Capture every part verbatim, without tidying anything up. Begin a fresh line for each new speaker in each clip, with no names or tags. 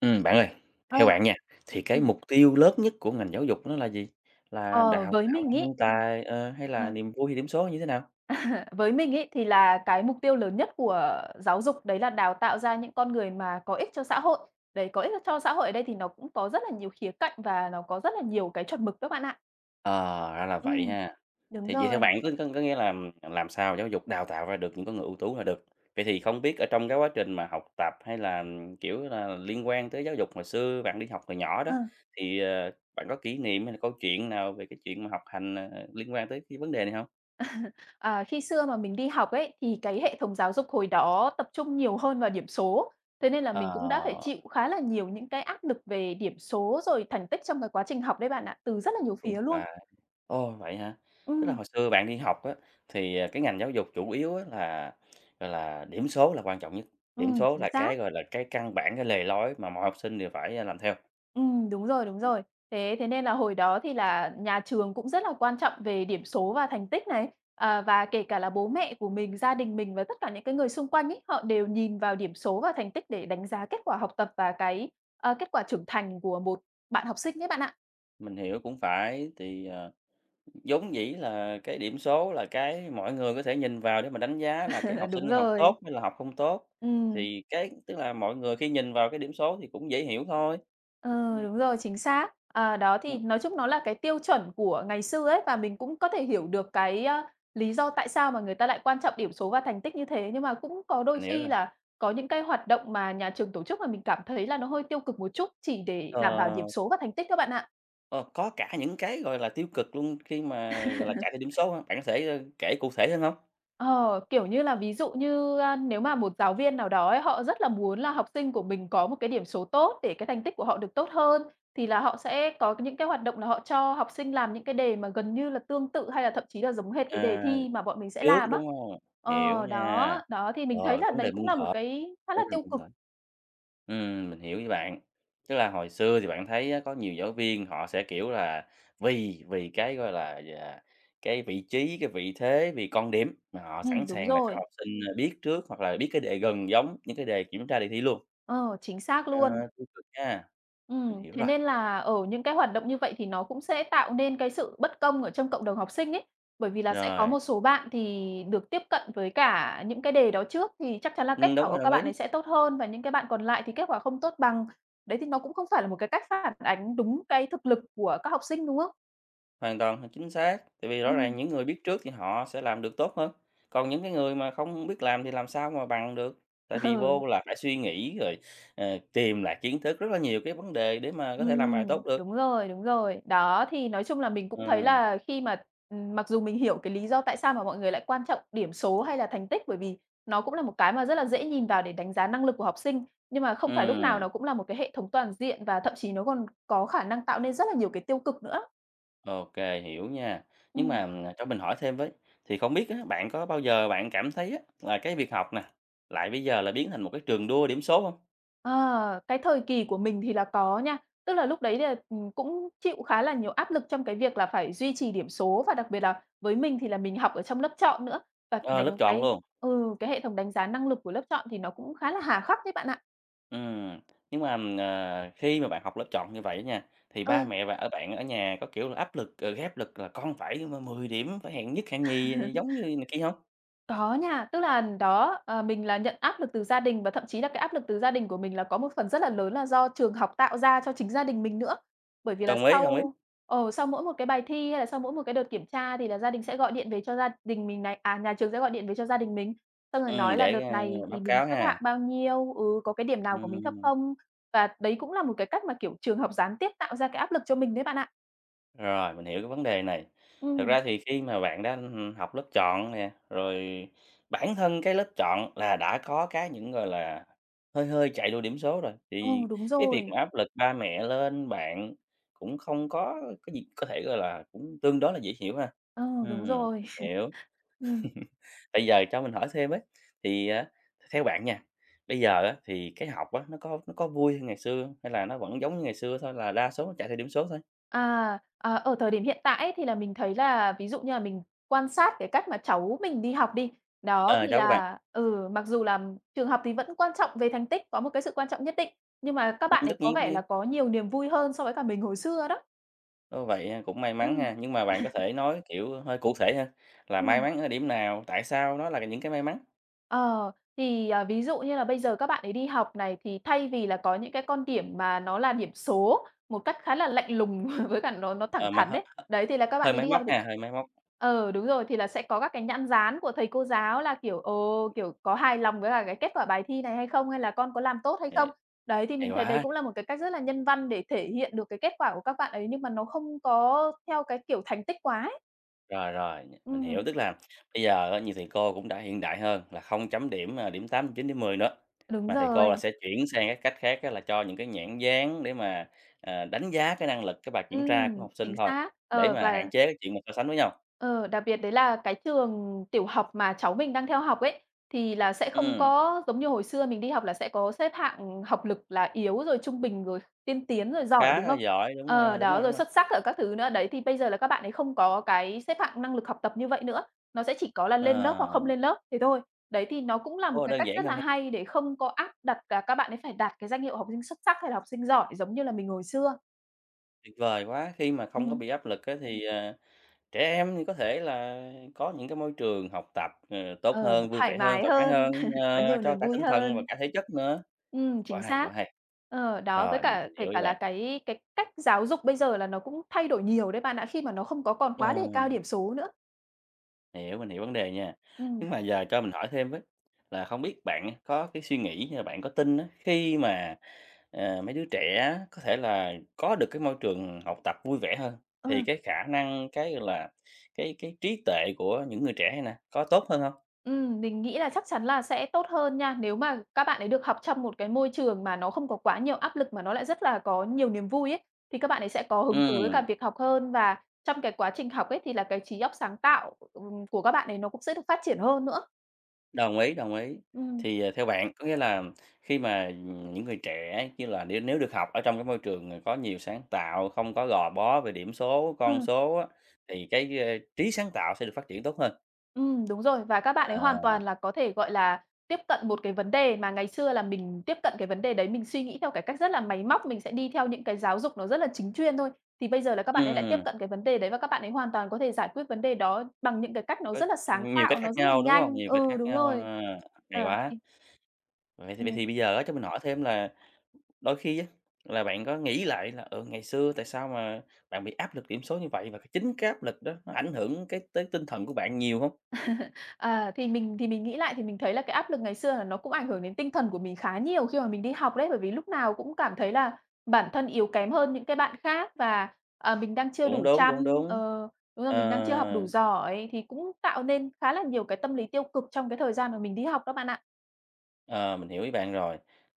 Ừm, bạn ơi,
Ơ,
theo bạn nha, thì cái
ừm,
mục tiêu lớn nhất của ngành giáo dục nó là gì? Là
ờ,
đào
với
tạo ra
mình ấy
nhân
thì
tài, ờ, hay
ờ,
là niềm vui, hay điểm số như thế nào?
với mình ấy thì là cái mục tiêu lớn nhất của giáo dục đấy là đào tạo ra những con người mà có ích cho xã hội. Đấy, có ích cho xã hội ở đây thì nó cũng có rất là nhiều khía cạnh và nó có rất là nhiều cái chuẩn mực đó bạn ạ.
Ờ, ra là vậy
Ừm,
ha.
đúng
Thì vậy theo
rồi.
bạn có có có nghĩa là làm sao giáo dục đào tạo ra được những con người ưu tú là được. Vậy thì không biết ở trong cái quá trình mà học tập hay là, kiểu là, liên quan tới giáo dục hồi xưa bạn đi học hồi nhỏ đó,
Ờ,
thì, ờ, bạn có kỷ niệm hay là câu chuyện nào về cái chuyện mà học hành, ờ, liên quan tới cái vấn đề này không?
à, Khi xưa mà mình đi học ấy, thì cái hệ thống giáo dục hồi đó tập trung nhiều hơn vào điểm số, thế nên là
Ờ,
mình cũng đã phải chịu khá là nhiều những cái áp lực về điểm số rồi thành tích trong cái quá trình học đấy bạn ạ, từ rất là nhiều
cũng
phía luôn.
là. Ồ, vậy hả? Tức là
Ừm,
hồi xưa bạn đi học á, thì, à, cái ngành giáo dục chủ yếu á là, gọi là, điểm số là quan trọng nhất, điểm
ừm,
số
chính
là cái,
xác.
gọi là, cái căn bản, cái lề lối mà mọi học sinh đều phải, a, làm theo.
Ừm, đúng rồi, đúng rồi. Thế thế nên là hồi đó thì là nhà trường cũng rất là quan trọng về điểm số và thành tích này, à, và kể cả là bố mẹ của mình, gia đình mình và tất cả những cái người xung quanh ấy, họ đều nhìn vào điểm số và thành tích để đánh giá kết quả học tập và cái, ờ, kết quả trưởng thành của một bạn học sinh ấy bạn ạ.
Mình hiểu, cũng phải, thì, ờ, vốn dĩ là cái điểm số là cái mọi người có thể nhìn vào để mà đánh giá là cái học sinh
Đúng
này học
rồi.
tốt hay là học không tốt,
Ừm.
thì cái tức là mọi người khi nhìn vào cái điểm số thì cũng dễ hiểu thôi.
Ừ,
Ừm,
đúng rồi, chính xác. À, đó, thì nói chung nó là cái tiêu chuẩn của ngày xưa ấy, và mình cũng có thể hiểu được cái, a, lý do tại sao mà người ta lại quan trọng điểm số và thành tích như thế. Nhưng mà cũng có đôi
mình hiểu rồi.
khi là có những cái hoạt động mà nhà trường tổ chức mà mình cảm thấy là nó hơi tiêu cực một chút, chỉ để đảm bảo
Ờ.
điểm số và thành tích các bạn ạ.
Ờ, có cả những cái, gọi là, tiêu cực luôn khi mà, gọi là, chạy theo điểm số hả? Bạn có thể, ơ, kể cụ thể hơn hông?
Ờ, kiểu như là, ví dụ như, a, nếu mà một giáo viên nào đó ấy, họ rất là muốn là học sinh của mình có một cái điểm số tốt để cái thành tích của họ được tốt hơn, thì là họ sẽ có những cái hoạt động là họ cho học sinh làm những cái đề mà gần như là tương tự hay là thậm chí là giống hệt cái đề
À,
thi mà bọn mình sẽ
trước,
làm á.
đúng hông? Hiểu
Ờ,
nha.
đó, đó, Thì mình thấy
Ờ,
là
vấn đề
đấy cũng
muôn
là một
thuở,
cái khá là
vấn đề
tiêu
muôn
cực.
thuở. Ừm, mình hiểu với bạn. Tức là hồi xưa thì bạn thấy á, có nhiều giáo viên họ sẽ, kiểu là, vì vì cái, gọi là, à, cái vị trí, cái vị thế, vì con điểm mà họ
Ừm,
sẵn
đúng
sàng là cho
rồi.
học sinh, a, biết trước hoặc là biết cái đề gần giống những cái đề kiểm tra đề thi luôn.
Ờ, chính xác luôn.
Ờ, tiêu cực ha, mình
Ừm,
hiểu
thế
rồi.
nên là, ở những cái hoạt động như vậy thì nó cũng sẽ tạo nên cái sự bất công ở trong cộng đồng học sinh ấy. Bởi vì là sẽ có
Rồi,
một số bạn thì được tiếp cận với cả những cái đề đó trước thì chắc chắn là kết
ừm, đúng
quả
rồi,
của các
đồng ý.
bạn ấy sẽ tốt hơn và những cái bạn còn lại thì kết quả không tốt bằng. Đấy thì nó cũng không phải là một cái cách phản ánh đúng cái thực lực của các học sinh, đúng không?
Hoàn toàn là chính xác, tại vì rõ ràng
Ừm,
những người biết trước thì họ sẽ làm được tốt hơn, còn những cái người mà không biết làm thì làm sao mà bằng được. Tại vì
ừ.
vô là phải suy nghĩ rồi, ờ, tìm lại kiến thức, rất là nhiều cái vấn đề để mà có thể làm bài tốt
Ừm,
được.
đúng rồi, đúng rồi. Đó, thì nói chung là mình cũng thấy
Ừ,
là khi mà ừm, mặc dù mình hiểu cái lý do tại sao mà mọi người lại quan trọng điểm số hay là thành tích, bởi vì nó cũng là một cái mà rất là dễ nhìn vào để đánh giá năng lực của học sinh, nhưng mà không phải lúc nào
ừm,
nó cũng là một cái hệ thống toàn diện và thậm chí nó còn có khả năng tạo nên rất là nhiều cái tiêu cực nữa.
ô, hiểu nha. Nhưng mà,
Ừm.
ừm, cho mình hỏi thêm với, thì không biết á, bạn có bao giờ bạn cảm thấy á, là cái việc học nè, lại bây giờ là biến thành một cái trường đua điểm số không?
Ờ, cái thời kỳ của mình thì là có nha. Tức là lúc đấy là, ừm, cũng chịu khá là nhiều áp lực trong cái việc là phải duy trì điểm số và đặc biệt là với mình thì là mình học ở trong lớp chọn nữa, và cái
Ờ, lớp
đánh
chọn
cái
luôn.
ừ, cái hệ thống đánh giá năng lực của lớp chọn thì nó cũng khá là hà khắc đấy bạn ạ.
Ừm, nhưng mà, ờ, khi mà bạn học lớp chọn như vậy nha, thì ba
Ừ.
mẹ và ở bạn ở nhà có, kiểu là, áp lực, ờ, áp lực là con phải m mười điểm, phải hạng nhất, hạng nhì giống như này kia không?
Có nha, tức là đó, ờ, mình là nhận áp lực từ gia đình và thậm chí là cái áp lực từ gia đình của mình là có một phần rất là lớn là do trường học tạo ra cho chính gia đình mình nữa. Bởi vì là
Đồng ý, đồng ý.
sau ờ, sau mỗi một cái bài thi hay là sau mỗi một cái đợt kiểm tra thì là gia đình sẽ gọi điện về cho gia đình mình này, à, nhà trường sẽ gọi điện về cho gia đình mình, xong rồi
Ừm,
nói là
để,
đợt
a,
này
báo
thì mình
cáo
xếp
ha.
hạng bao nhiêu, ừ, có cái điểm nào của mình thấp
Ừm.
không? Và đấy cũng là một cái cách mà, kiểu, trường học gián tiếp tạo ra cái áp lực cho mình đấy bạn ạ.
Rồi, mình hiểu cái vấn đề này. Thực
Ừm,
ra thì khi mà bạn đã học lớp chọn nè, rồi bản thân cái lớp chọn là đã có cái những, gọi là, hơi hơi chạy đua điểm số rồi,
ừ,
thì
đúng
cái việc
rồi,
mà áp lực ba mẹ lên bạn cũng không có cái gì có thể, gọi là, cũng tương đối là dễ hiểu ha.
ờ, đúng
Ừm,
rồi.
mình hiểu.
Ừm.
Bây giờ cho mình hỏi thêm ấy, thì, à, theo bạn nha, bây giờ á thì cái học á, nó có nó có vui hơn ngày xưa hông? Hay là nó vẫn giống như ngày xưa thôi là đa số nó chạy theo điểm số thôi?
À, à, ở thời điểm hiện tại ấy, thì là mình thấy là ví dụ như là mình quan sát cái cách mà cháu mình đi học đi, đó,
Ờ,
thì
chào các bạn.
là ừ, mặc dù là trường học thì vẫn quan trọng về thành tích, có một cái sự quan trọng nhất định, nhưng mà các
Ừm,
bạn ấy
tất
có vẻ là
nhiên.
có nhiều niềm vui hơn so với cả mình hồi xưa đó.
Ơ, vậy, a, cũng may mắn
Ừm,
ha, nhưng mà bạn có thể nói, kiểu, hơi cụ thể hơn là may
ừm.
mắn ở điểm nào? Tại sao nó là những cái may mắn?
Ờ, thì, à, Ví dụ như là bây giờ các bạn ấy đi học này, thì thay vì là có những cái con điểm mà nó là điểm số một cách khá là lạnh lùng với cả nó nó thẳng
Ờ, mà
thắn
hơi
đấy đấy, thì là các bạn
hơi
ấy
máy
đi
móc
học thì c
ha, hơi máy móc,
ờ, đúng rồi, thì là sẽ có các cái nhãn dán của thầy cô giáo là, kiểu, ờ, kiểu, có hài lòng với cả cái kết quả bài thi này hay không, hay là con có làm tốt hay không.
hay
Đấy, thì
hay
mình thấy đấy
quá!
cũng là một cái cách rất là nhân văn để thể hiện được cái kết quả của các bạn ấy, nhưng mà nó không có theo cái kiểu thành tích quá ấy.
Rồi, rồi, mình hiểu,
Ừm,
tức là bây giờ á nhiều thầy cô cũng đã hiện đại hơn là không chấm điểm, à, điểm tám điểm chín, điểm mười nữa,
đúng
mà thầy cô là
rồi,
sẽ chuyển sang cái cách khác á là cho những cái nhãn dán để mà, ờ, đánh giá cái năng lực, cái bài kiểm tra của
ừm,
học
chính
sinh thôi,
xác.
để
Ờ,
mà hạn
và
chế cái chuyện mà so sánh với nhau.
Ờ, đặc biệt đấy là cái trường tiểu học mà cháu mình đang theo học ấy, thì là sẽ không
Ừm,
có giống như hồi xưa mình đi học là sẽ có xếp hạng học lực là yếu, rồi trung bình, rồi tiên tiến, rồi giỏi,
khá
đúng
là
không?
giỏi, đúng
Ờ,
rồi, đúng
đó,
rồi, đúng
rồi
rồi.
xuất sắc ở các thứ nữa. Đấy, thì bây giờ là các bạn ấy không có cái xếp hạng năng lực học tập như vậy nữa, nó sẽ chỉ có là lên lớp hoặc
Ờ,
không lên lớp, thế thôi. Đấy, thì nó cũng là một
ô,
cái
đơn
cách
giản
rất
hơn
là
ha.
hay để không có áp đặt là các bạn ấy phải đạt cái danh hiệu học sinh xuất sắc hay là học sinh giỏi giống như là mình hồi xưa.
Tuyệt vời quá! Khi mà không có
Ừm,
bị áp lực á thì, à, trẻ em thì có thể là có những cái môi trường học tập, ờ, tốt
ờ, nó
hơn, vui
thoải
vẻ hơn,
mái
thoải mái
hơn,
hơn,
có
ờ,
nhiều
cho
niềm
cả
vui
tinh thần và
hơn.
cả thể chất nữa.
Ừm,
Quá
chính
hay, quá
xác.
hay!
Ờ, đó, với
Rồi, mình
cả
mình
kể
hiểu với
cả là
bạn.
cái cái cách giáo dục bây giờ là nó cũng thay đổi nhiều đấy bạn ạ, khi mà nó không có còn quá đề cao
Ờ,
điểm số nữa.
hiểu, mình hiểu vấn đề nha.
Ừm,
Nhưng mà giờ cho mình hỏi thêm với, là không biết bạn có cái suy nghĩ hay là bạn có tin á, khi mà, ờ, mấy đứa trẻ á có thể là có được cái môi trường học tập vui vẻ hơn,
ờ,
thì cái khả năng, cái, là, cái cái trí tuệ của những người trẻ này nè, có tốt hơn không?
ừm, mình nghĩ là chắc chắn là sẽ tốt hơn nha, nếu mà các bạn ấy được học trong một cái môi trường mà nó không có quá nhiều áp lực mà nó lại rất là có nhiều niềm vui ấy, thì các bạn ấy sẽ có hứng thú với cả
Ừm,
việc học hơn và trong cái quá trình học ấy thì là cái trí óc sáng tạo, ừm, của các bạn ấy nó cũng sẽ được phát triển hơn nữa.
đồng ý, đồng ý.
Ừm,
Thì, ờ, theo bạn có nghĩa là khi mà, những người trẻ như là nếu nếu được học ở trong cái môi trường, ờ, có nhiều sáng tạo, không có gò bó về điểm số,
ờ.
con số á, thì cái, ơ, trí sáng tạo sẽ được phát triển tốt hơn.
Ừm, đúng rồi, và các bạn ấy hoàn
À,
toàn là có thể, gọi là, tiếp cận một cái vấn đề mà ngày xưa là mình tiếp cận cái vấn đề đấy, mình suy nghĩ theo cái cách rất là máy móc, mình sẽ đi theo những cái giáo dục nó rất là chính chuyên thôi. Thì bây giờ là các bạn ấy lại tiếp
ừm,
cận cái vấn đề đấy và các bạn ấy hoàn toàn có thể giải quyết vấn đề đó bằng những cái cách nó
có
rất là sáng
nhiều cách
tạo,
khác
nó rất là
nhau, đúng không?
nhanh.
Nhiều cách
Ừ,
khác
đúng
nhau,
rồi.
à,
Ờ,
hay quá.
thì
Vậy thì vậy
ừm.
thì bây giờ á cho mình hỏi thêm là đôi khi á, là bạn có nghĩ lại là, ừ, ngày xưa tại sao mà bạn bị áp lực điểm số như vậy và cái chính cái áp lực đó nó ảnh hưởng cái tới tinh thần của bạn nhiều không?
À, thì mình thì mình nghĩ lại thì mình thấy là cái áp lực ngày xưa là nó cũng ảnh hưởng đến tinh thần của mình khá nhiều khi mà mình đi học đấy, bởi vì lúc nào cũng cảm thấy là bản thân yếu kém hơn những cái bạn khác và, à, mình đang chưa
Cũng
đủ
đúng, cũng
chăm.
đúng.
ờ, Đúng rồi,
Ờ,
mình đang chưa học đủ giỏi thì cũng tạo nên khá là nhiều cái tâm lý tiêu cực trong cái thời gian mà mình đi học đó bạn ạ.
ờ, mình hiểu ý bạn rồi.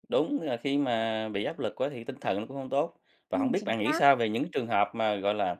Đúng là khi mà bị áp lực quá thì tinh thần nó cũng không tốt. Và không
Ừm,
biết
chính
bạn nghĩ
xác.
sao về những trường hợp mà, gọi là,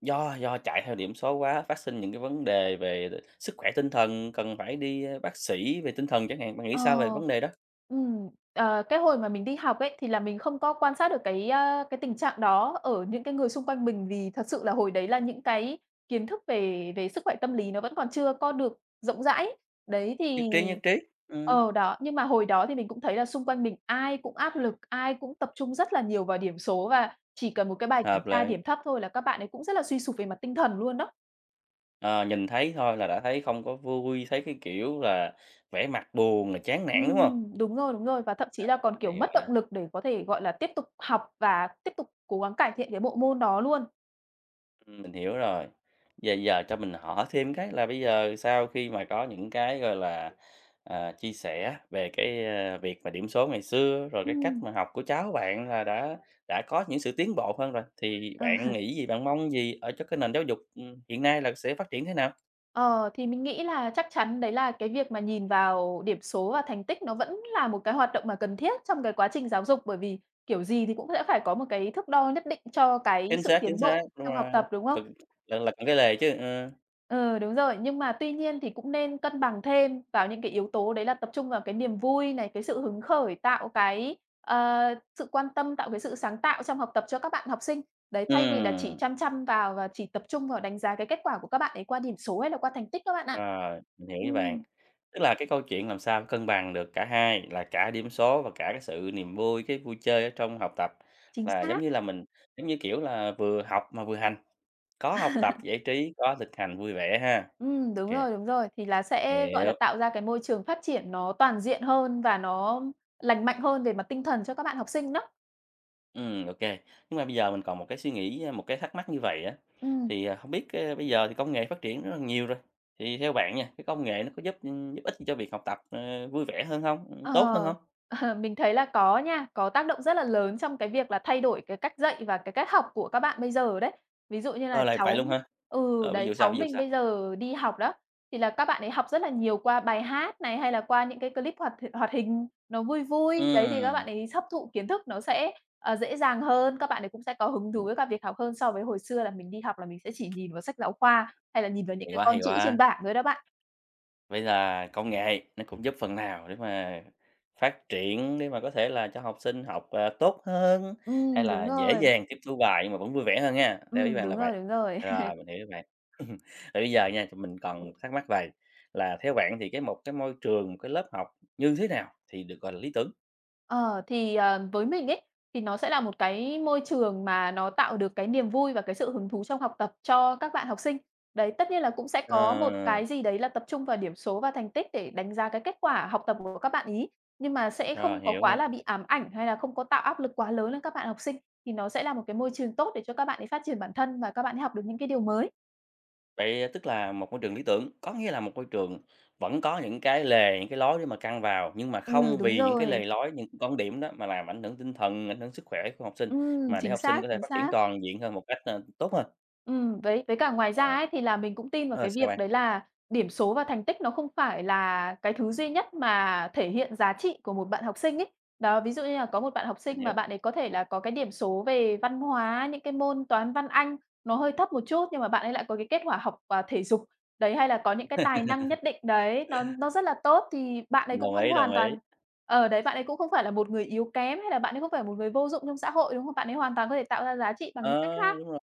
do do chạy theo điểm số quá, phát sinh những cái vấn đề về sức khỏe tinh thần, cần phải đi, ơ, bác sĩ về tinh thần chẳng hạn, bạn nghĩ
Ờ.
sao về vấn đề đó?
Ừm, ờ, cái hồi mà mình đi học ấy, thì là mình không có quan sát được cái, a, cái tình trạng đó ở những cái người xung quanh mình, vì thật sự là hồi đấy là những cái kiến thức về về sức khỏe tâm lý nó vẫn còn chưa có được rộng rãi. Đấy,
Nhất
thì
trí, nhất trí. Ừm,
ờ, đó, nhưng mà hồi đó thì mình cũng thấy là xung quanh mình ai cũng áp lực, ai cũng tập trung rất là nhiều vào điểm số và chỉ cần một cái bài kiểm
hợp
tra
lệ.
điểm thấp thôi là các bạn ấy cũng rất là suy sụp về mặt tinh thần luôn đó.
Ờ, nhìn thấy thôi là đã thấy không có vui, thấy cái kiểu là vẻ mặt buồn là chán nản, đúng không?
Ừm, đúng rồi, đúng rồi, và thậm chí là còn, kiểu,
Hay
mất động
quá.
lực để có thể, gọi là, tiếp tục học và tiếp tục cố gắng cải thiện cái bộ môn đó luôn.
Ừm, mình hiểu rồi. Giờ giờ cho mình hỏi thêm cái là bây giờ sau khi mà có những cái, gọi là, à, chia sẻ về cái, a, việc mà điểm số ngày xưa, rồi cái cách
Ừm,
mà học của cháu bạn là đã đã có những sự tiến bộ hơn rồi, thì bạn
ờ.
nghĩ gì, bạn mong gì ở cho cái nền giáo dục, ừm, hiện nay là sẽ phát triển thế nào?
Ờ, thì mình nghĩ là chắc chắn đấy là cái việc mà nhìn vào điểm số và thành tích nó vẫn là một cái hoạt động mà cần thiết trong cái quá trình giáo dục, bởi vì kiểu gì thì cũng sẽ phải có một cái thước đo nhất định cho cái
Chính
sự
xác, chính
tiến
xác,
bộ
đúng
trong học
rồi,
tập, đúng không?
cần là là cần cái lề chứ, ờ,
Ừ, đúng rồi, nhưng mà tuy nhiên thì cũng nên cân bằng thêm vào những cái yếu tố đấy là tập trung vào cái niềm vui này, cái sự hứng khởi, tạo cái, ờ, sự quan tâm, tạo cái sự sáng tạo trong học tập cho các bạn học sinh. Đấy, thay vì là chỉ
ừm.
chăm chăm vào và chỉ tập trung vào đánh giá cái kết quả của các bạn ấy qua điểm số hay là qua thành tích các bạn ạ.
Rồi, mình hiểu với bạn.
Ừm,
Tức là cái câu chuyện làm sao cân bằng được cả hai là cả điểm số và cả cái sự niềm vui, cái vui chơi ở trong học tập
chính
là giống
xác.
như là mình giống như, kiểu là, vừa học mà vừa hành, có học tập giải trí, có thực hành vui vẻ ha.
Ừm, đúng
OK,
rồi, đúng rồi, thì là sẽ, gọi là,
hiểu,
tạo ra cái môi trường phát triển nó toàn diện hơn và nó lành mạnh hơn về mặt tinh thần cho các bạn học sinh đó.
ừm, OK. Nhưng mà bây giờ mình còn một cái suy nghĩ, một cái thắc mắc như vậy á,
Ừm.
thì, à, hông biết, ơ, bây giờ thì công nghệ phát triển rất là nhiều rồi, thì theo bạn nha, cái công nghệ nó có giúp, giúp ích gì cho việc học tập, ờ, vui vẻ hơn không,
Ờ,
tốt hơn không?
ờ, mình thấy là có nha, có tác động rất là lớn trong cái việc là thay đổi cái cách dạy và cái cách học của các bạn bây giờ đấy. Ví dụ như là
Ờ, là vậy
cháu
luôn hả?
ừ,
Ờ, ví
đấy,
dụ sao?
cháu
Ví dụ
mình
sao?
bây giờ đi học đó, thì là các bạn ấy học rất là nhiều qua bài hát này, hay là qua những cái clip hoạt hoạt hình nó vui vui. Đấy, thì các
Ừm,
bạn ấy hấp thụ kiến thức nó sẽ, ờ, dễ dàng hơn, các bạn ấy cũng sẽ có hứng thú
ừm,
với cả việc học hơn so với hồi xưa là mình đi học là mình sẽ chỉ nhìn vào sách giáo khoa, hay là nhìn vào những
hay
cái
quá,
con
hay
chữ trên
quá!
bảng thôi đó bạn.
Vậy là công nghệ nó cũng giúp phần nào để mà phát triển, để mà có thể là cho học sinh học, ờ, tốt hơn, hay
Ừm,
là
đúng
dễ
rồi,
dàng tiếp thu bài nhưng mà vẫn vui vẻ hơn nha theo ý
ừm,
bạn là
đúng rồi,
vậy.
đúng rồi.
Rồi, mình hiểu ý bạn. Vậy bây giờ nha, thì mình còn thắc mắc vầy, là theo bạn thì cái một cái môi trường, một cái lớp học như thế nào thì được gọi là lý tưởng?
Ờ, thì, ờ, với mình ấy, thì nó sẽ là một cái môi trường mà nó tạo được cái niềm vui và cái sự hứng thú trong học tập cho các bạn học sinh. Đấy, tất nhiên là cũng sẽ có một
Ờ,
cái gì đấy là tập trung vào điểm số và thành tích để đánh giá cái kết quả học tập của các bạn ấy, nhưng mà sẽ
rồi,
không có
hiểu
quá
nha.
là bị ám ảnh hay là không có tạo áp lực quá lớn lên các bạn học sinh, thì nó sẽ là một cái môi trường tốt để cho các bạn ấy phát triển bản thân và các bạn ấy học được những cái điều mới.
Vậy tức là một môi trường lý tưởng, có nghĩa là một môi trường vẫn có những cái lề, những cái lối để mà căn vào, nhưng mà
Ừ,
không
đúng
vì những cái
rồi.
lề lối, những con điểm đó mà làm ảnh hưởng tinh thần, ảnh hưởng sức khỏe của học sinh,
Ừm,
mà để
chính
học sinh
xác,
có thể
chính
phát triển
xác.
toàn diện hơn một cách, ờ, tốt hơn.
Ừm, với với cả ngoài ra
Ờ,
ấy, thì là mình cũng tin vào
ờ,
cái
sao
việc
bạn?
đấy là điểm số và thành tích nó không phải là cái thứ duy nhất mà thể hiện giá trị của một bạn học sinh ấy. Đó, ví dụ như là có một bạn học
Mình
sinh
hiểu.
mà bạn ấy có thể là có cái điểm số về văn hóa, những cái môn toán, văn, Anh nó hơi thấp một chút, nhưng mà bạn ấy lại có cái kết quả học, à, thể dục, đấy, hay là có những cái tài năng nhất định đấy, nó nó rất là tốt thì bạn ấy cũng
Đồng
không
ý, đồng
hoàn
ý.
toàn ở đấy, bạn ấy cũng không phải là một người yếu kém hay là bạn ấy không phải là một người vô dụng trong xã hội, đúng không? Bạn ấy hoàn toàn có thể tạo ra giá trị bằng những cách
Ờ,
khác.
đúng, rồi.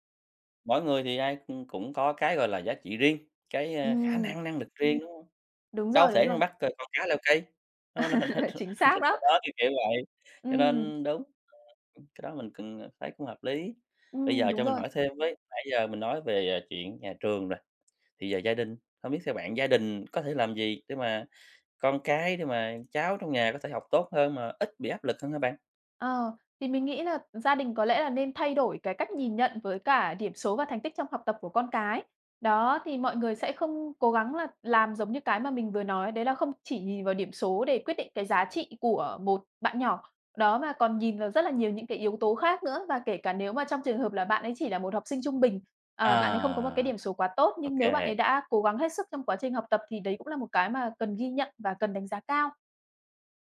Mỗi người thì ai, ừm, cũng có cái, gọi là, giá trị riêng, cái, a, khả
Ừm.
năng, năng lực riêng, đúng hông?
Đúng
Đâu
rồi, đúng
thể mà
rồi.
bắt, ờ, con cá leo cây, nó nó
Chính xác đó.
nó kiểu, kiểu vậy. Cho
Ừm,
nên đúng, cái đó mình cần, ờ, thấy cũng hợp lý. Bây
ừm,
giờ
đúng
cho mình
rồi.
hỏi thêm với, nãy giờ mình nói về, à, chuyện nhà trường rồi, thì giờ gia đình, không biết theo bạn gia đình có thể làm gì để mà con cái, để mà cháu trong nhà có thể học tốt hơn mà ít bị áp lực hơn hả bạn?
Ờ, thì mình nghĩ là gia đình có lẽ là nên thay đổi cái cách nhìn nhận với cả điểm số và thành tích trong học tập của con cái. Đó, thì mọi người sẽ không cố gắng là làm giống như cái mà mình vừa nói, đấy là không chỉ nhìn vào điểm số để quyết định cái giá trị của một bạn nhỏ, đó, mà còn nhìn vào rất là nhiều những cái yếu tố khác nữa. Và kể cả nếu mà trong trường hợp là bạn ấy chỉ là một học sinh trung bình, à, bạn ấy không có một cái
À,
điểm số quá tốt,
ô,
nhưng nếu bạn ấy đã cố gắng hết sức trong quá trình học tập thì đấy cũng là một cái mà cần ghi nhận và cần đánh giá cao.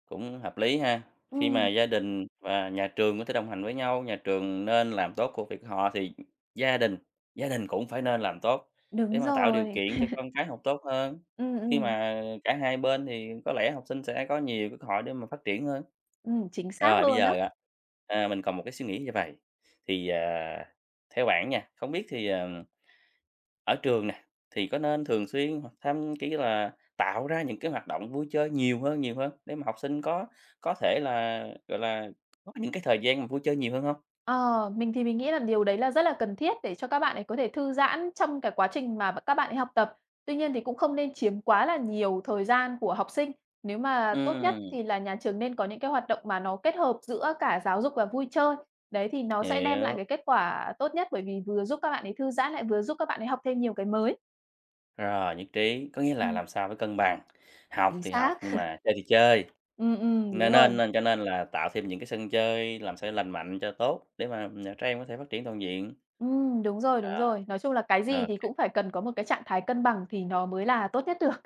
cũng hợp lý ha. Khi mà
Ừm,
gia đình và nhà trường có thể đồng hành với nhau, nhà trường nên làm tốt công việc họ thì gia đình gia đình cũng phải nên làm tốt để
đúng
mà tạo điều
rồi.
kiện cho con cái học tốt hơn.
Ừm,
Khi
ừm.
mà cả hai bên thì có lẽ học sinh sẽ có nhiều cơ hội để mà phát triển hơn.
Ừm, chính xác
Rồi bây
luôn á.
giờ á, à, mình còn một cái suy nghĩ như vầy, thì, à, theo bạn nha, không biết thì, ờ ở trường nè, thì có nên thường xuyên hoặc thăm kiểu là, tạo ra những cái hoạt động vui chơi nhiều hơn nhiều hơn để mà học sinh có có thể là, gọi là, có những cái thời gian mà vui chơi nhiều hơn không?
Ờ, mình thì mình nghĩ là điều đấy là rất là cần thiết để cho các bạn ấy có thể thư giãn trong cái quá trình mà các bạn ấy học tập. Tuy nhiên thì cũng không nên chiếm quá là nhiều thời gian của học sinh. Nếu mà tốt nhất
Ừm,
thì là nhà trường nên có những cái hoạt động mà nó kết hợp giữa cả giáo dục và vui chơi. Đấy, thì nó sẽ đem lại
hiểu,
cái kết quả tốt nhất bởi vì vừa giúp các bạn ấy thư giãn lại vừa giúp các bạn ấy học thêm nhiều cái mới.
rồi, nhất trí. Có nghĩa là
Ừm,
làm sao phải cân bằng, học
chính
thì học
xác.
nhưng mà chơi thì chơi,
Ừm, ừm, đúng
nên nên
rồi.
nên cho nên là tạo thêm những cái sân chơi làm sao lành mạnh cho tốt để mà, ừm, à, trẻ em có thể phát triển toàn diện.
Ừm, đúng rồi, đúng
Rồi.
rồi. Nói chung là cái gì
Ờ.
thì cũng phải cần có một cái trạng thái cân bằng thì nó mới là tốt nhất được.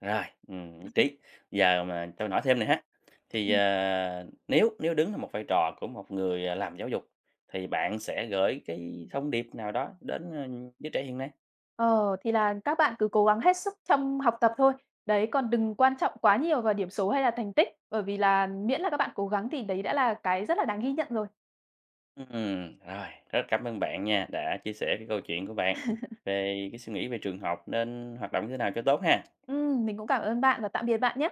Rồi, ừm, nhất trí. Giờ mà tôi nói thêm này ha, thì, ờ, nếu nếu đứng là một vai trò của một người, à, làm giáo dục, thì bạn sẽ gửi cái thông điệp nào đó đến, ơ, giới trẻ hiện nay?
Ờ, thì là các bạn cứ cố gắng hết sức trong học tập thôi. Đấy, còn đừng quan trọng quá nhiều vào điểm số hay là thành tích, bởi vì là miễn là các bạn cố gắng thì đấy đã là cái rất là đáng ghi nhận rồi.
Ừm, rồi, rất cảm ơn bạn nha, đã chia sẻ cái câu chuyện của bạn về cái suy nghĩ về trường học nên hoạt động như thế nào cho tốt ha.
Ừm, mình cũng cảm ơn bạn và tạm biệt bạn nhé.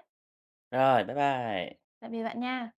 Rồi, bye bye.
Tạm biệt bạn nha.